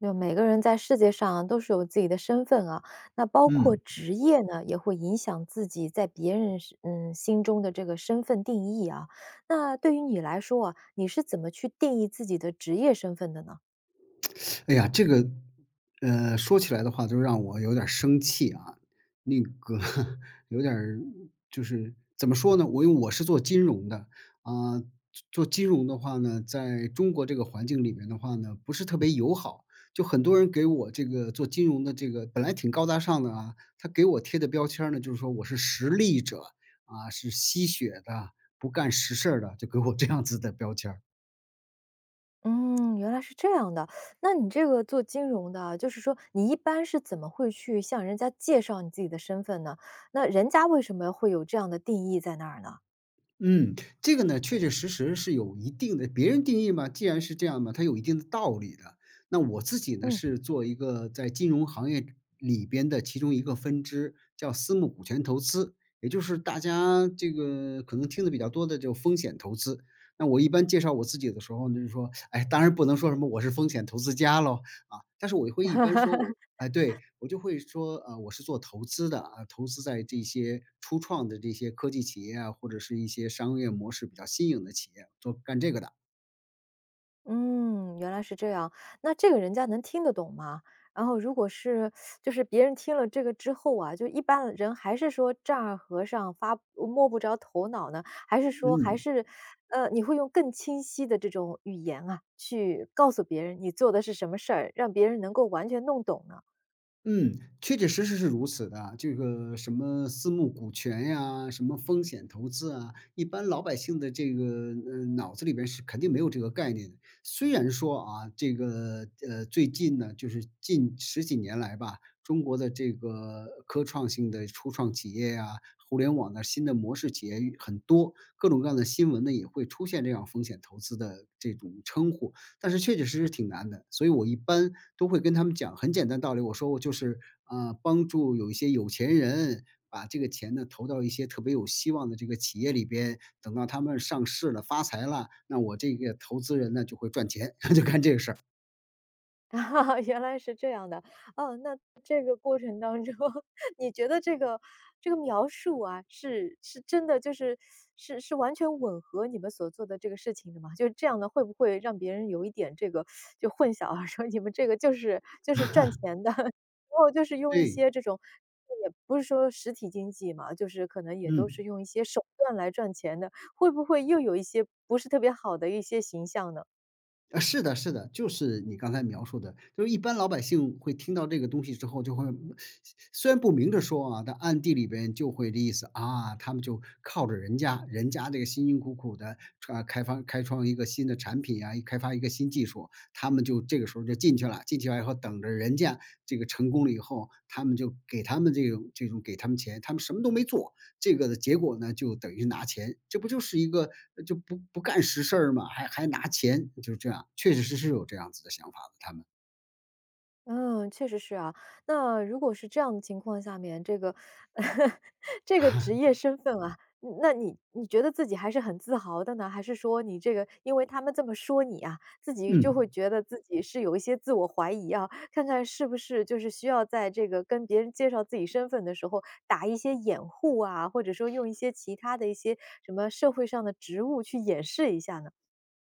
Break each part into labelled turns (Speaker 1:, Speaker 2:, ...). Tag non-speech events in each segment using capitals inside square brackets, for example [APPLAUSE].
Speaker 1: 就每个人在世界上都是有自己的身份啊，那包括
Speaker 2: 嗯，
Speaker 1: 职业呢，也会影响自己在别人心中的这个身份定义啊。那对于你来说啊，你是怎么去定义自己的职业身份的呢？
Speaker 2: 哎呀，这个，说起来的话就让我有点儿生气啊。那个 [LAUGHS] 有点儿就是怎么说呢，因为我是做金融的，啊，做金融的话呢，在中国这个环境里面的话呢，不是特别友好。就很多人给我这个做金融的这个本来挺高大上的啊，他给我贴的标签儿呢，就是说我是实力者，啊，是吸血的，不干实事儿的，就给我这样子的标签儿。
Speaker 1: 嗯，原来是这样的。那你这个做金融的啊，就是说你一般是怎么会去向人家介绍你自己的身份呢？那人家为什么会有这样的定义在那儿呢？
Speaker 2: 嗯，这个呢，确确实实是有一定的别人定义嘛，既然是这样嘛，它有一定的道理的。那我自己呢，
Speaker 1: 嗯
Speaker 2: 是做一个在金融行业里边的其中一个分支，叫私募股权投资，也就是大家这个可能听的比较多的就风险投资。那我一般介绍我自己的时候呢，就是说，哎，当然不能说什么我是风险投资家喽，啊，但是我会一般说
Speaker 1: [LAUGHS]
Speaker 2: 我哎，对，我就会说，我是做投资的啊，投资在这些初创的这些科技企业啊，或者是一些商业模式比较新颖的企业，做干这个的，
Speaker 1: 嗯，原来是这样。那这个人家能听得懂吗？然后如果是，就是别人听了这个之后啊，就一般人还是说丈二和尚摸不着头脑呢，还是说还
Speaker 2: 嗯。
Speaker 1: 是你会用更清晰的这种语言啊，去告诉别人你做的是什么事儿，让别人能够完全弄懂呢？
Speaker 2: 嗯，确确实实是如此的啊。这个什么私募股权呀，什么风险投资啊，一般老百姓的这个脑子里边是肯定没有这个概念的。虽然说啊，这个最近呢，就是近十几年来吧，中国的这个科创性的初创企业呀、互联网的新的模式企业很多，各种各样的新闻呢也会出现这样风险投资的这种称呼。但是确确实实挺难的，所以我一般都会跟他们讲很简单道理，我说我就是，啊，帮助有一些有钱人把这个钱呢投到一些特别有希望的这个企业里边，等到他们上市了、发财了，那我这个投资人呢就会赚钱，[LAUGHS] 就干这个事儿。
Speaker 1: 啊，[LAUGHS] 原来是这样的。哦，那这个过程当中，[LAUGHS] 你觉得这个描述啊，是真的，就是是完全吻合你们所做的这个事情的吗？就是这样的，会不会让别人有一点这个，就混淆啊，说你们这个就是赚钱的，[LAUGHS] 然后就是用一
Speaker 2: 对，
Speaker 1: 些这种，也不是说实体经济嘛，就是可能也都是
Speaker 2: 嗯。
Speaker 1: 用一些手段来赚钱的，会不会又有一些不是特别好的一些形象呢？
Speaker 2: 是的是的，就是你刚才描述的，就是一般老百姓会听到这个东西之后，就会 [SNIFFS] 虽然不明着说啊，但暗地里边就会的意思啊，他们就靠着人家，人家这个辛辛苦苦的啊，开发开创一个新的产品啊，开发一个新技术，他们就这个时候就进去了，进去了以后等着人家这个成功了以后，他们就给他们这种给他们钱，他们什么都没做，这个的结果呢，就等于拿钱，这不就是一个就不干实事儿吗？还拿钱，就是这样，确确实实有这样子的想法的，他们，
Speaker 1: 嗯，确实是啊。那如果是这样的情况下面，这个 [LAUGHS] 这个职业身份啊，嗯，那你觉得自己还是很自豪的呢？还是说你这个，因为他们这么说你啊，自己就会
Speaker 2: 嗯。
Speaker 1: 觉得自己是有一些自我怀疑啊，看看是不是就是需要在这个跟别人介绍自己身份的时候打一些掩护啊，或者说用一些其他的一些什么社会上的职务去掩饰一下呢？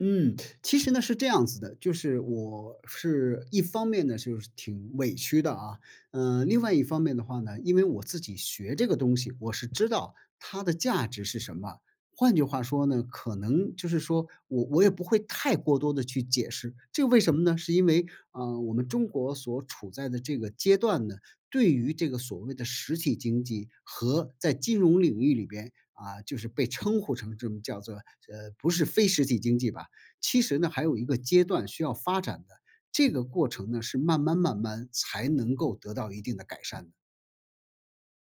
Speaker 2: 嗯，其实呢是这样子的，就是我是一方面呢就是挺委屈的啊，另外一方面的话呢，因为我自己学这个东西，我是知道它的价值是什么。换句话说呢，可能就是说我也不会太过多的去解释，这个为什么呢？是因为，啊，我们中国所处在的这个阶段呢，对于这个所谓的实体经济和在金融领域里边，啊，就是被称呼成这么叫做，不是非实体经济吧，其实呢，还有一个阶段需要发展的，这个过程呢，是慢慢慢慢才能够得到一定的改善的。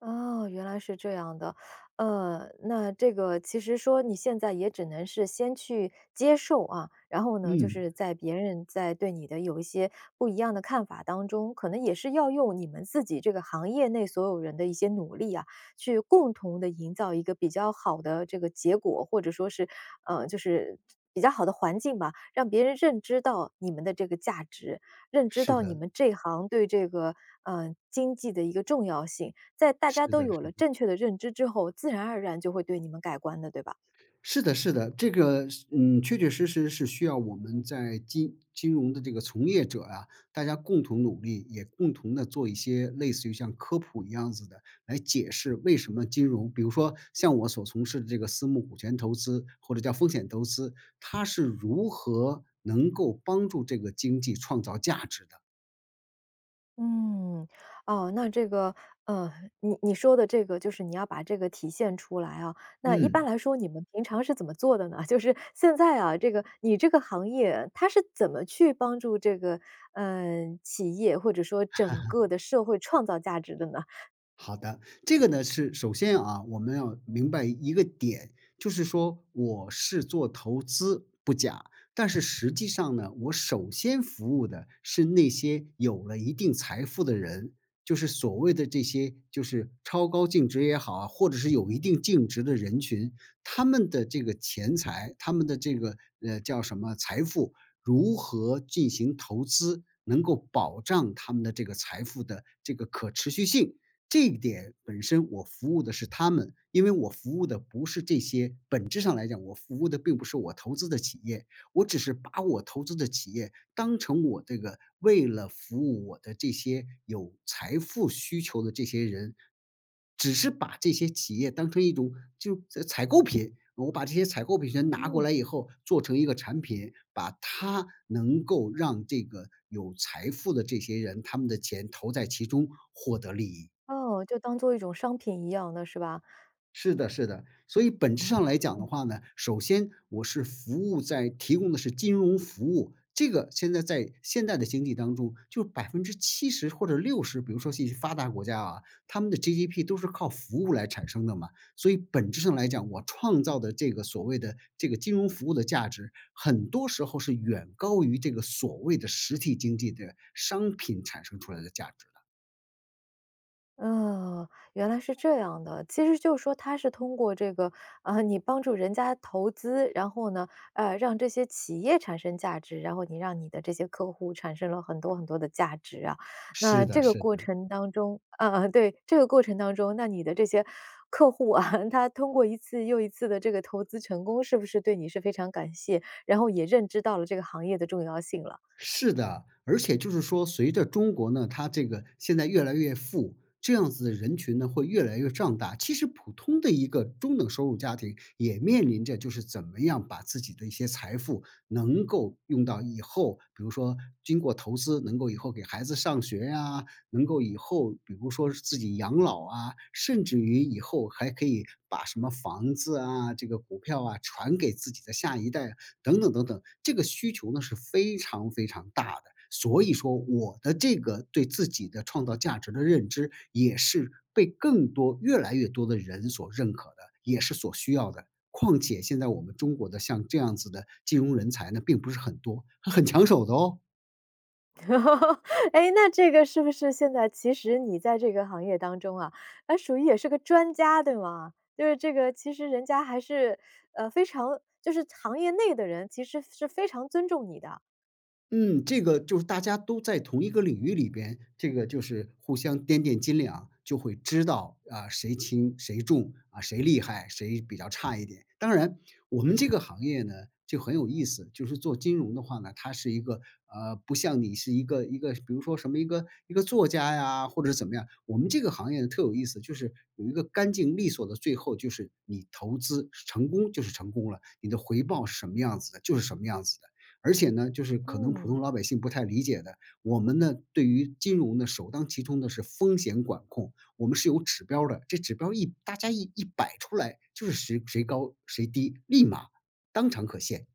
Speaker 1: 哦，原来是这样的。那这个其实说你现在也只能是先去接受啊，然后呢，就
Speaker 2: 嗯，
Speaker 1: 是在别人在对你的有一些不一样的看法当中，可能也是要用你们自己这个行业内所有人的一些努力啊，去共同的营造一个比较好的这个结果，或者说是就是比较好的环境吧，让别人认知到你们的这个价值，认知
Speaker 2: 是
Speaker 1: 到你
Speaker 2: 的，
Speaker 1: 们这行对这个经济的一个重要性。在大
Speaker 2: 是
Speaker 1: 家都
Speaker 2: 的
Speaker 1: 有
Speaker 2: 是
Speaker 1: 了
Speaker 2: 的。
Speaker 1: 正确的认知之后，自然而然就会对你们改观的，对吧？
Speaker 2: 是的，是的，这个嗯，确确实实是需要我们在金融的这个从业者啊，大家共同努力，也共同的做一些类似于像科普一样子的，来解释为什么金融，比如说像我所从事的这个私募股权投资或者叫风险投资，它是如何能够帮助这个经济创造价值的。
Speaker 1: 嗯，哦，那这个，呃，你你说的这个就是你要把这个体现出来啊。那一般
Speaker 2: 嗯。
Speaker 1: 来说，你们平常是怎么做的呢？[LAUGHS] 就是现在啊，这个你这个行业，它是怎么去帮助这个，嗯、企业或者说整个的，社会创造价值呢？
Speaker 2: 好的，这个呢是首先啊，我们要明白一个点，就是说我是做投资不假，但是实际上呢，我首先服务的是那些有了一定财富的人，就是所谓的这些就是超高净值也好啊，或者是有一定净值的人群，他们的这个钱财，他们的这个叫什么财富，如何进行投资，能够保障他们的这个财富的这个可持续性。这一点本身我服务的是他们，因为我服务的不是这些本质上来讲，我服务的并不是我投资的企业，我只是把我投资的企业当成我这个为了服务我的这些有财富需求的这些人，只是把这些企业当成一种就采购品，我把这些采购品全拿过
Speaker 1: 嗯，
Speaker 2: 来以后，做成一个产品，把它能够让这个有财富的这些人他们的钱投在其中，获得利益。
Speaker 1: 哦，就当做一种商品样是吧？
Speaker 2: 是的，是的。所以本质上来讲的话呢，首先我是服务在提供的是金融服务，这个现在在现代的经济当中，就是百分之七十或者六十，比如说一些发达国家啊，他们的 GDP 都是靠服务来产生的嘛。所以本质上来讲，我创造的这个所谓的这个金融服务的价值，很多时候是远高于这个所谓的实体经济的商品产生出来的价值的。
Speaker 1: 嗯，原来是这样的。其实就是说他是通过这个，你帮助人家投资，然后呢，让这些企业产生价值，然后你让你的这些客户产生了很多很多的价值啊。那
Speaker 2: 是的，
Speaker 1: 这个
Speaker 2: 是
Speaker 1: 过
Speaker 2: 的。
Speaker 1: 程当中对，这个过程当中，那你的这些客户啊，[LAUGHS] 他通过一次又一次的这个投资成功，是不是对你是非常感谢，然后也认知到了这个行业的重要性了？
Speaker 2: 是的，而且就是说，随着中国呢，它这个现在越来越富，这样子的人群呢会越来越壮大。其实普通的一个中等收入家庭也面临着就是怎么样把自己的一些财富能够用到以后，比如说经过投资，能够以后给孩子上学呀、能够以后比如说是自己养老啊，甚至于以后还可以把什么房子啊、这个股票啊传给自己的下一代，等等等等，这个需求呢是非常非常大的。所以说，我的这个对自己的创造价值的认知，也是被更多越来越多的人所认可的，也是所需要的。况且现在我们中国的像这样子的金融人才呢，并不是很多，很抢手的哦。
Speaker 1: [LAUGHS] 哎，那这个是不是现在其实你在这个行业当中啊，啊，属于也是个专家，对吗？就是这个，其实人家还是，非常就是行业内的人，其实是非常尊重你的。
Speaker 2: 嗯，这个就是大家都在同一个领域里边，这个就是互相掂掂斤两，就会知道啊谁轻谁重啊谁厉害谁比较差一点。当然，我们这个行业呢就很有意思，就是做金融的话呢，它是一个不像你是一个一个比如说什么一个一个作家呀或者怎么样，我们这个行业呢特有意思，就是有一个干净利索的，最后就是你投资成功就是成功了，你的回报是什么样子的，就是什么样子的。而且呢，就是可能普
Speaker 1: 嗯。
Speaker 2: 通老百姓不太理解的，我们呢对于金融呢首当其冲的是风险管控，我们是有指标的，这指标一大家一一摆出来，就是谁谁高谁低，立马当场可现。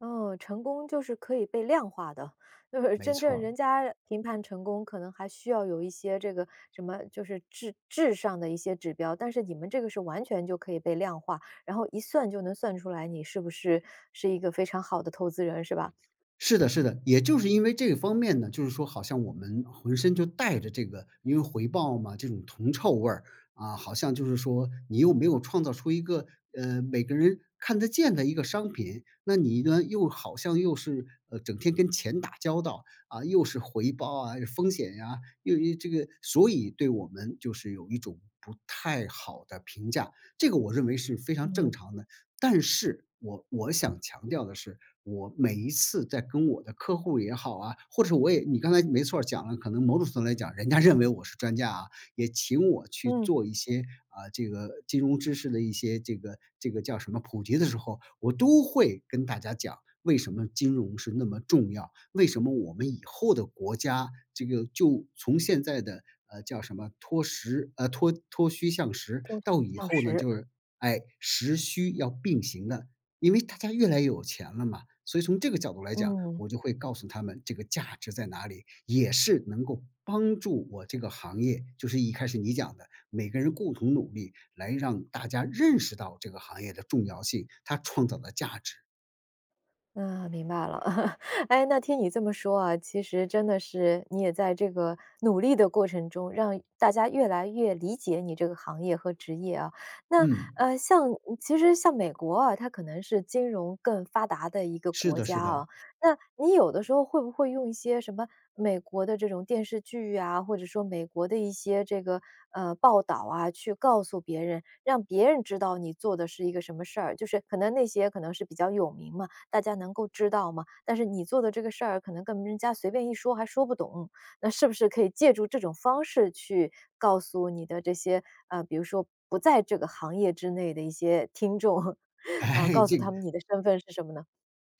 Speaker 1: 哦，成功就是可以被量化的，就是
Speaker 2: 没
Speaker 1: 真
Speaker 2: 错
Speaker 1: 正
Speaker 2: 儿，
Speaker 1: 人家评判成功，可能还需要有一些这个什么，就是质上的一些指标，但是你们这个是完全就可以被量化，然后一算就能算出来你是不是，是一个非常好的投资人，是吧？
Speaker 2: 是的，是的，也就是因为这个方面呢，就是说好像我们浑身就带着这个，因为回报嘛，这种铜臭味儿啊，好像就是说你又没有创造出一个每个人看得见的一个商品，那你呢又好像又是整天跟钱打交道啊，又是回报啊，风险呀、又这个，所以对我们就是有一种不太好的评价，这个我认为是非常正
Speaker 1: 嗯，
Speaker 2: 常的。但是我想强调的是，我每一次在跟我的客户也好啊，或者是我也你刚才没错儿讲了，可能某种程度来讲，人家认为我是专家啊，也请我去
Speaker 1: 嗯，
Speaker 2: 做一些啊，这个金融知识的一些这个叫什么普及的时候，我都会跟大家讲为什么金融是那么重要，为什么我们以后的国家这个就从现在的叫什么脱虚向实，
Speaker 1: 多去
Speaker 2: 到以
Speaker 1: 向
Speaker 2: 后呢
Speaker 1: 实，
Speaker 2: 就是哎实虚要并行的，因为大家越来越有钱了嘛，所以从这个角度来讲，
Speaker 1: 嗯。
Speaker 2: 我就会告诉他们这个价值在哪里，也是能够帮助我这个行业，就是一开始你讲的，每个人共同努力来让大家认识到这个行业的重要性，它创造的价值。
Speaker 1: 啊，明白了。[LAUGHS] 哎，那听你这么说啊，其实真的是你也在这个努力的过程中，让大家越来越理解你这个行业和职业啊。那
Speaker 2: 嗯，
Speaker 1: 像其实像美国啊，它可能是金融更发达的一个
Speaker 2: 是
Speaker 1: 国
Speaker 2: 的，是
Speaker 1: 家
Speaker 2: 的，
Speaker 1: 啊。那你有的时候会不会用一些什么美国的这种电视剧啊，或者说美国的一些这个报道啊，去告诉别人，让别人知道你做的是一个什么事儿？就是可能那些可能是比较有名嘛。大家能够知道吗？但是你做的这个事儿可能跟人家随便一说还说不懂，那是不是可以借助这种方式去告诉你的这些，比如说不在这个行业之内的一些听众，
Speaker 2: [LAUGHS]
Speaker 1: [LAUGHS] 然后
Speaker 2: 哎，
Speaker 1: 告诉
Speaker 2: 这
Speaker 1: 他
Speaker 2: 个
Speaker 1: 们你的身份是什么呢？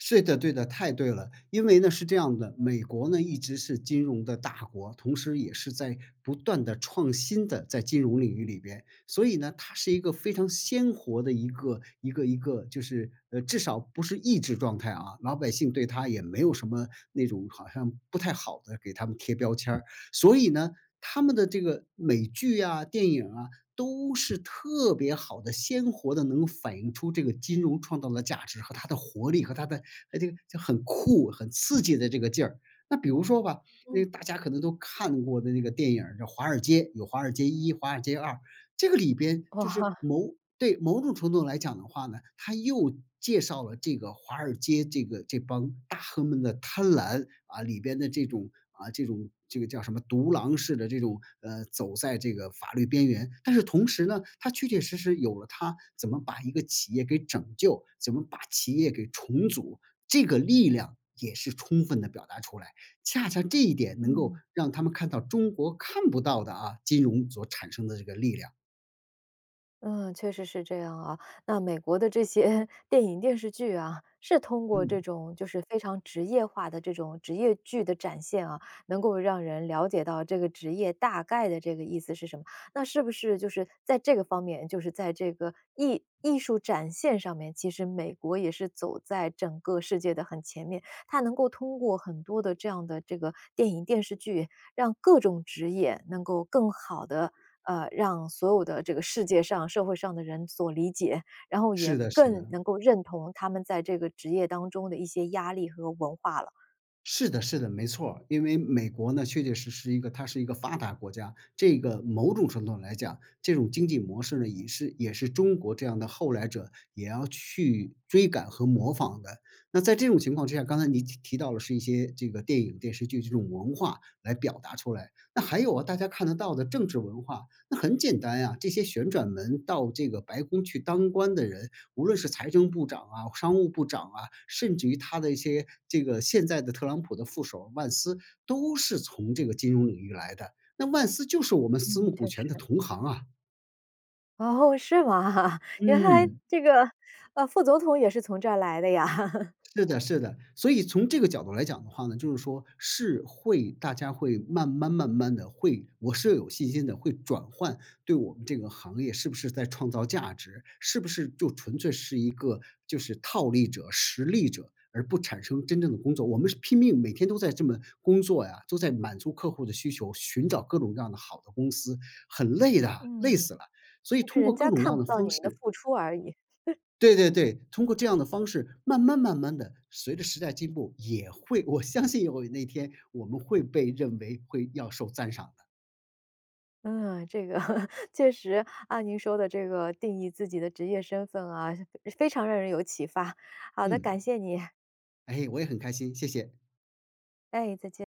Speaker 2: 是的，对的，太对了。因为呢是这样的，美国呢一直是金融的大国，同时也是在不断的创新的在金融领域里边，所以呢，它是一个非常鲜活的一个就是，至少不是抑制状态啊，老百姓对它也没有什么那种好像不太好的给他们贴标签儿。所以呢，他们的这个美剧啊、电影啊，都是特别好的、鲜活的，能反映出这个金融创造的价值和它的活力和它的哎，这个就很酷、很刺激的这个劲儿。那比如说吧，那
Speaker 1: 嗯，
Speaker 2: 大家可能都看过的那个电影儿叫《华尔街》，有《华尔街一》《华尔街二》，这个里边
Speaker 1: 哇，
Speaker 2: 就是
Speaker 1: [LAUGHS]
Speaker 2: 某种程度来讲的话呢，它又介绍了这个华尔街这个这帮大亨们的贪婪啊，里边的这种啊这种这个叫什么独狼式的这种走在这个法律边缘，但是同时呢，它确确实实有了它怎么把一个企业给拯救，怎么把企业给重组，这个力量也是充分的表达出来，恰恰这一点能够
Speaker 1: 嗯。
Speaker 2: 让他们看到中国看不到的啊，金融所产生的这个力量。
Speaker 1: 嗯，确实是这样啊。那美国的这些 [LAUGHS] 电影电视剧啊，是通过这
Speaker 2: 嗯，
Speaker 1: 种就是非常职业化的这种职业剧的展现啊，能够让人了解到这个职业大概的这个意思是什么。那是不是就是在这个方面，就是在这个艺术展现上面，其实美国也是走在整个世界的很前面。它能够通过很多的这样的这个电影电视剧，让各种职业能够更好的让所有的这个世界上、社会上的人所理解，然后也
Speaker 2: 是的是
Speaker 1: 更
Speaker 2: 的。
Speaker 1: 能够认同他们在这个职业当中的一些压力和文化了。
Speaker 2: 是的，是的，没错儿。因为美国呢，确确实实一个它是一个发达国家，这个某种程度来讲，这种经济模式呢，也是中国这样的后来者也要去追赶和模仿的。那在这种情况之下，刚才你提到了是一些这个电影、电视剧这种文化来表达出来。那还有啊，大家看得到的政治文化，那很简单呀、这些旋转门到这个白宫去当官的人，无论是财政部长啊、商务部长啊，甚至于他的一些这个现在的特朗普的副手万斯，都是从这个金融领域来的。那万斯就是我们私
Speaker 1: 嗯，
Speaker 2: 募
Speaker 1: 确
Speaker 2: 股权的
Speaker 1: 实。
Speaker 2: 同行啊。
Speaker 1: 哦，是吗？[LAUGHS] 原来
Speaker 2: 嗯。
Speaker 1: 这个，副总统也是从这儿来的呀。[LAUGHS]
Speaker 2: 是的，是的。所以从这个角度来讲的话呢，就是说是会大家会慢慢的会我是有信心的，会转换对我们这个行业是不是在创造价值，是不是就纯粹是一个就是套利者、实力者，而不产生真正的工作。我们是拼命每天都在这么工作呀，都在满足客户的需求，寻找各种各样的好的公司，很累的，累
Speaker 1: 嗯。
Speaker 2: 死了。所以
Speaker 1: 就是
Speaker 2: 通过
Speaker 1: 人
Speaker 2: 各
Speaker 1: 家
Speaker 2: 种各
Speaker 1: 看
Speaker 2: 样的
Speaker 1: 不到你
Speaker 2: 方
Speaker 1: 们的
Speaker 2: 式
Speaker 1: 付出而已。
Speaker 2: 对对对，通过这样的方式，慢慢的，随着时代进步，也会我相信有那天我们会被认为会要受赞赏的。
Speaker 1: 嗯，这个 [LAUGHS] 确实按您说的这个定义自己的职业身份啊，非常让人有启发。好的，
Speaker 2: 嗯，
Speaker 1: 感谢你。
Speaker 2: 哎，我也很开心，谢谢。
Speaker 1: 哎，再见。